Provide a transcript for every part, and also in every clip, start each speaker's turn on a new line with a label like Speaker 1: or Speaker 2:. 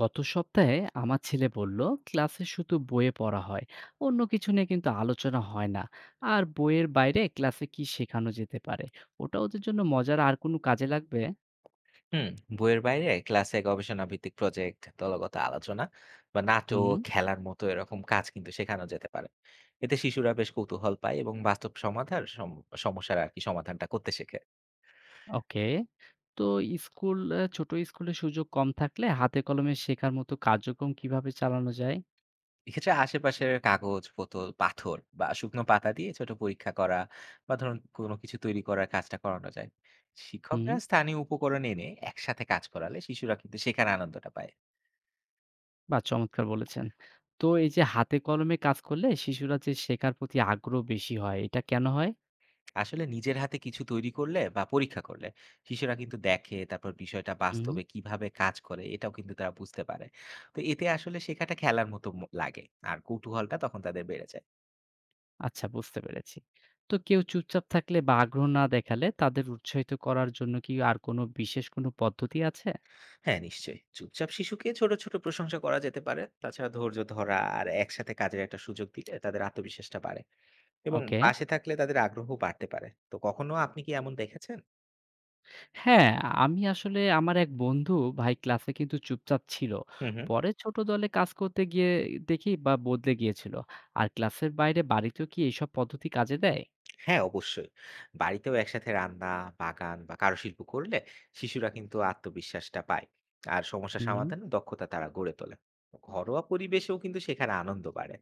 Speaker 1: গত সপ্তাহে আমার ছেলে বলল, ক্লাসে শুধু বইয়ে পড়া হয়, অন্য কিছু নিয়ে কিন্তু আলোচনা হয় না। আর বইয়ের বাইরে ক্লাসে কি শেখানো যেতে পারে ওটা ওদের জন্য মজার আর কোনো কাজে লাগবে?
Speaker 2: হুম, বইয়ের বাইরে ক্লাসে গবেষণা ভিত্তিক প্রজেক্ট, দলগত আলোচনা বা
Speaker 1: হুম।
Speaker 2: নাটক, খেলার মতো এরকম কাজ কিন্তু শেখানো যেতে পারে। এতে শিশুরা বেশ কৌতূহল পায় এবং বাস্তব সমাধান সমস্যার আর কি সমাধানটা করতে শেখে।
Speaker 1: ওকে। তো ছোট স্কুলে সুযোগ কম থাকলে হাতে কলমে শেখার মতো কার্যক্রম কিভাবে চালানো যায়?
Speaker 2: এক্ষেত্রে আশেপাশের কাগজ, বোতল, পাথর বা শুকনো পাতা দিয়ে ছোট পরীক্ষা করা বা ধরুন কোনো কিছু তৈরি করার কাজটা করানো যায়।
Speaker 1: হুম।
Speaker 2: শিক্ষকরা স্থানীয় উপকরণ এনে একসাথে কাজ করালে শিশুরা কিন্তু শেখার আনন্দটা পায়।
Speaker 1: বা চমৎকার বলেছেন। তো এই যে হাতে কলমে কাজ করলে শিশুরা যে শেখার প্রতি আগ্রহ বেশি হয় এটা কেন
Speaker 2: আসলে নিজের হাতে কিছু তৈরি করলে বা পরীক্ষা করলে শিশুরা কিন্তু দেখে, তারপর বিষয়টা
Speaker 1: হয়?
Speaker 2: বাস্তবে কিভাবে কাজ করে এটাও কিন্তু তারা বুঝতে পারে। তো এতে আসলে শেখাটা খেলার মতো লাগে আর কৌতূহলটা তখন তাদের বেড়ে যায়।
Speaker 1: আচ্ছা, বুঝতে পেরেছি। তো কেউ চুপচাপ থাকলে বা আগ্রহ না দেখালে তাদের উৎসাহিত করার জন্য কি আর কোনো বিশেষ কোনো পদ্ধতি আছে?
Speaker 2: হ্যাঁ, নিশ্চয়ই। চুপচাপ শিশুকে ছোট ছোট প্রশংসা করা যেতে পারে। তাছাড়া ধৈর্য ধরা আর একসাথে কাজের একটা সুযোগ দিলে তাদের আত্মবিশ্বাসটা বাড়ে এবং
Speaker 1: ওকে।
Speaker 2: পাশে থাকলে তাদের আগ্রহ বাড়তে পারে। তো কখনো আপনি কি এমন দেখেছেন?
Speaker 1: হ্যাঁ, আমি আসলে আমার এক বন্ধু ভাই ক্লাসে কিন্তু চুপচাপ ছিল।
Speaker 2: হুম হুম।
Speaker 1: পরে ছোট দলে কাজ করতে গিয়ে দেখি বা বদলে গিয়েছিল। আর ক্লাসের বাইরে বাড়িতেও কি এইসব পদ্ধতি কাজে দেয়?
Speaker 2: হ্যাঁ, অবশ্যই। বাড়িতেও একসাথে রান্না, বাগান বা কারুশিল্প করলে শিশুরা কিন্তু আত্মবিশ্বাসটা পায়। আর সমস্যা
Speaker 1: হুম।
Speaker 2: সমাধানের দক্ষতা তারা গড়ে তোলে। ঘরোয়া পরিবেশেও কিন্তু সেখানে আনন্দ বাড়ে।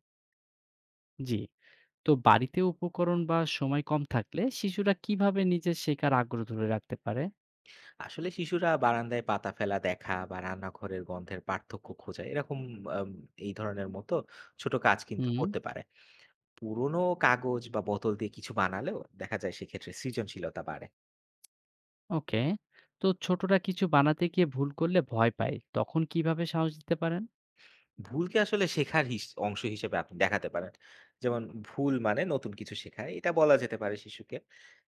Speaker 1: জি। তো বাড়িতে উপকরণ বা সময় কম থাকলে শিশুরা কিভাবে নিজের শেখার আগ্রহ ধরে রাখতে পারে?
Speaker 2: আসলে শিশুরা বারান্দায় পাতা ফেলা দেখা বা রান্নাঘরের গন্ধের পার্থক্য খোঁজা, এরকম আম এই ধরনের মতো ছোট কাজ কিন্তু
Speaker 1: হুম।
Speaker 2: করতে পারে। পুরনো কাগজ বা বোতল দিয়ে কিছু বানালেও দেখা যায় সেক্ষেত্রে সৃজনশীলতা বাড়ে।
Speaker 1: ওকে। তো ছোটরা কিছু বানাতে গিয়ে ভুল করলে ভয় পায়, তখন কিভাবে সাহস দিতে পারেন?
Speaker 2: ভুলকে আসলে শেখার অংশ হিসেবে আপনি দেখাতে পারেন। যেমন, ভুল মানে নতুন কিছু শেখা। এটা বলা যেতে পারে শিশুকে।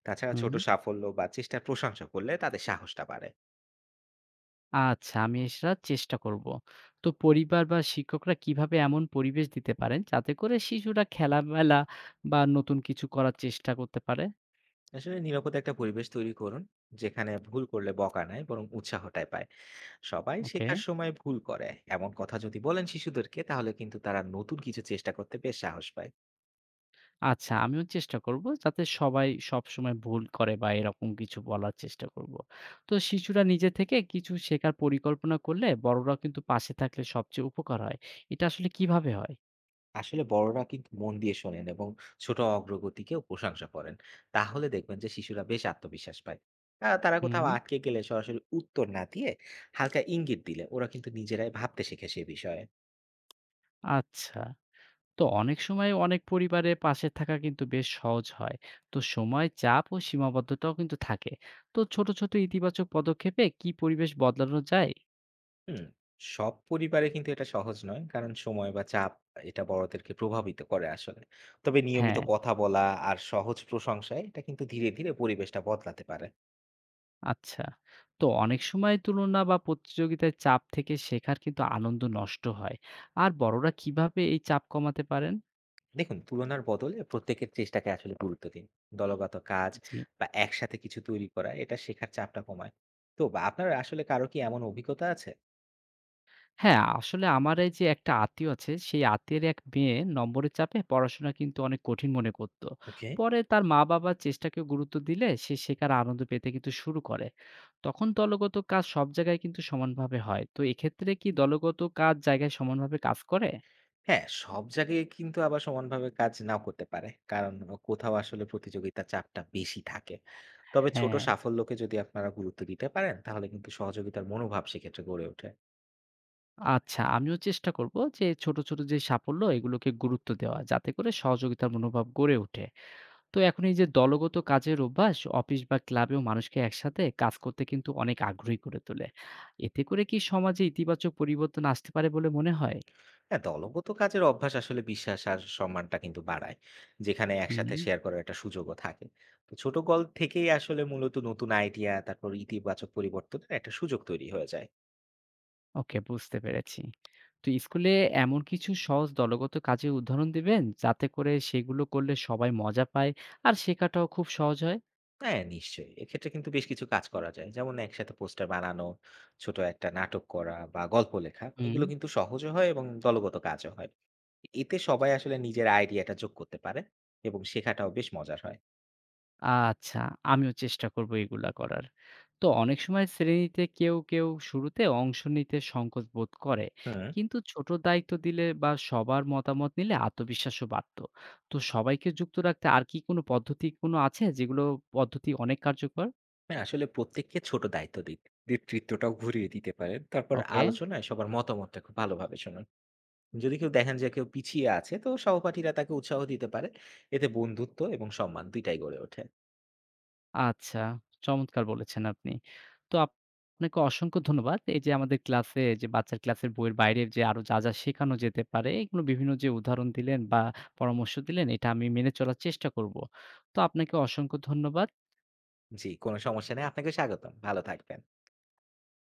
Speaker 2: তাছাড়া
Speaker 1: হুম।
Speaker 2: ছোট সাফল্য বা চেষ্টার প্রশংসা করলে তাদের সাহসটা বাড়ে।
Speaker 1: আচ্ছা, আমি এটা চেষ্টা করব। তো পরিবার বা শিক্ষকরা কিভাবে এমন পরিবেশ দিতে পারেন যাতে করে শিশুরা খেলামেলা বা নতুন কিছু করার চেষ্টা করতে পারে?
Speaker 2: আসলে নিরাপদ একটা পরিবেশ তৈরি করুন, যেখানে ভুল করলে বকা নয় বরং উৎসাহটাই পায়। সবাই
Speaker 1: ওকে।
Speaker 2: শেখার সময় ভুল করে। এমন কথা যদি বলেন শিশুদেরকে তাহলে কিন্তু তারা নতুন কিছু চেষ্টা করতে বেশ সাহস পায়।
Speaker 1: আচ্ছা, আমিও চেষ্টা করব যাতে সবাই সবসময় ভুল করে বা এরকম কিছু বলার চেষ্টা করব। তো শিশুরা নিজে থেকে কিছু শেখার পরিকল্পনা করলে বড়রাও কিন্তু পাশে থাকলে সবচেয়ে উপকার হয়। এটা আসলে কিভাবে হয়?
Speaker 2: আসলে বড়রা কিন্তু মন দিয়ে শোনেন এবং ছোট অগ্রগতিকেও প্রশংসা করেন, তাহলে দেখবেন যে শিশুরা বেশ আত্মবিশ্বাস পায়। তারা
Speaker 1: হুম।
Speaker 2: কোথাও আটকে গেলে সরাসরি উত্তর না দিয়ে হালকা ইঙ্গিত দিলে ওরা কিন্তু নিজেরাই ভাবতে শেখে সে বিষয়ে।
Speaker 1: আচ্ছা। তো অনেক সময় অনেক পরিবারে পাশে থাকা কিন্তু বেশ সহজ হয়। তো সময়, চাপ ও সীমাবদ্ধতাও কিন্তু থাকে। তো ছোট, ছোট ইতিবাচক পদক্ষেপে কি পরিবেশ বদলানো যায়?
Speaker 2: হুম সব পরিবারে কিন্তু এটা সহজ নয়, কারণ সময় বা চাপ এটা বড়দেরকে প্রভাবিত করে আসলে। তবে নিয়মিত
Speaker 1: হ্যাঁ।
Speaker 2: কথা বলা আর সহজ প্রশংসায় এটা কিন্তু ধীরে ধীরে পরিবেশটা বদলাতে পারে।
Speaker 1: আচ্ছা। তো অনেক সময় তুলনা বা প্রতিযোগিতার চাপ থেকে শেখার কিন্তু আনন্দ নষ্ট হয়। আর বড়রা কিভাবে এই চাপ কমাতে পারেন?
Speaker 2: দেখুন, তুলনার বদলে প্রত্যেকের চেষ্টাকে আসলে গুরুত্ব দিন। দলগত কাজ
Speaker 1: জি।
Speaker 2: বা একসাথে কিছু তৈরি করা এটা শেখার চাপটা কমায়। তো বা আপনার আসলে কারো কি এমন অভিজ্ঞতা আছে?
Speaker 1: হ্যাঁ, আসলে আমার এই যে একটা আত্মীয় আছে, সেই আত্মীয়ের এক মেয়ে নম্বরের চাপে পড়াশোনা কিন্তু অনেক কঠিন মনে করত।
Speaker 2: ওকে।
Speaker 1: পরে তার মা-বাবা চেষ্টাকে গুরুত্ব দিলে সে শেখার আনন্দ পেতে কিন্তু শুরু করে। তখন দলগত কাজ সব জায়গায় কিন্তু সমানভাবে হয়। তো এক্ষেত্রে কি দলগত কাজ জায়গায় সমানভাবে কাজ করে?
Speaker 2: হ্যাঁ, সব জায়গায় কিন্তু আবার সমানভাবে কাজ নাও করতে পারে, কারণ কোথাও আসলে প্রতিযোগিতার চাপটা বেশি থাকে। তবে ছোট
Speaker 1: হ্যাঁ।
Speaker 2: সাফল্যকে যদি আপনারা গুরুত্ব দিতে পারেন তাহলে কিন্তু সহযোগিতার মনোভাব সেক্ষেত্রে গড়ে ওঠে।
Speaker 1: আচ্ছা, আমিও চেষ্টা করব যে ছোট, ছোট যে সাফল্য এগুলোকে গুরুত্ব দেওয়া যাতে করে সহযোগিতার মনোভাব গড়ে ওঠে। তো এখন এই যে দলগত কাজের অভ্যাস অফিস বা ক্লাবেও মানুষকে একসাথে কাজ করতে কিন্তু অনেক আগ্রহী করে তোলে। এতে করে কি সমাজে ইতিবাচক পরিবর্তন আসতে পারে বলে মনে হয়?
Speaker 2: হ্যাঁ, দলগত কাজের অভ্যাস আসলে বিশ্বাস আর সম্মানটা কিন্তু বাড়ায়, যেখানে একসাথে
Speaker 1: হুম।
Speaker 2: শেয়ার করার একটা সুযোগও থাকে। তো ছোট গল থেকেই আসলে মূলত নতুন আইডিয়া, তারপর ইতিবাচক পরিবর্তনের একটা সুযোগ তৈরি হয়ে যায়।
Speaker 1: ওকে, বুঝতে পেরেছি। তো স্কুলে এমন কিছু সহজ দলগত কাজের উদাহরণ দিবেন যাতে করে সেগুলো করলে সবাই মজা পায় আর শেখাটাও খুব সহজ হয়।
Speaker 2: হ্যাঁ, নিশ্চয়ই। এক্ষেত্রে কিন্তু বেশ কিছু কাজ করা যায়। যেমন একসাথে পোস্টার বানানো, ছোট একটা নাটক করা বা গল্প লেখা।
Speaker 1: হুম।
Speaker 2: এগুলো কিন্তু সহজও হয় এবং দলগত কাজও হয়। এতে সবাই আসলে নিজের আইডিয়াটা যোগ করতে পারে এবং শেখাটাও বেশ মজার হয়।
Speaker 1: আচ্ছা, আমিও চেষ্টা করব এগুলা করার। তো অনেক সময় শ্রেণীতে কেউ, কেউ শুরুতে অংশ নিতে সংকোচ বোধ করে।
Speaker 2: হুম।
Speaker 1: কিন্তু ছোট দায়িত্ব দিলে বা সবার মতামত নিলে আত্মবিশ্বাসও বাড়তো। তো সবাইকে যুক্ত রাখতে আর কি কোনো পদ্ধতি কোনো আছে যেগুলো পদ্ধতি অনেক কার্যকর?
Speaker 2: না, আসলে প্রত্যেককে ছোট দায়িত্ব দিন। নেতৃত্বটাও ঘুরিয়ে দিতে পারেন। তারপর
Speaker 1: ওকে।
Speaker 2: আলোচনায় সবার মতামতটা খুব ভালোভাবে শোনান। যদি কেউ দেখেন যে কেউ পিছিয়ে আছে তো সহপাঠীরা তাকে উৎসাহ দিতে পারে। এতে বন্ধুত্ব এবং সম্মান ২ টাই গড়ে ওঠে।
Speaker 1: আচ্ছা, চমৎকার বলেছেন আপনি। তো আপনাকে অসংখ্য ধন্যবাদ। এই যে আমাদের ক্লাসে যে বাচ্চার ক্লাসের বইয়ের বাইরে যে আরো যা, যা শেখানো যেতে পারে এগুলো বিভিন্ন যে উদাহরণ দিলেন বা পরামর্শ দিলেন এটা আমি মেনে চলার চেষ্টা করব। তো আপনাকে অসংখ্য ধন্যবাদ।
Speaker 2: জি, কোনো সমস্যা নেই। আপনাকে স্বাগতম। ভালো থাকবেন।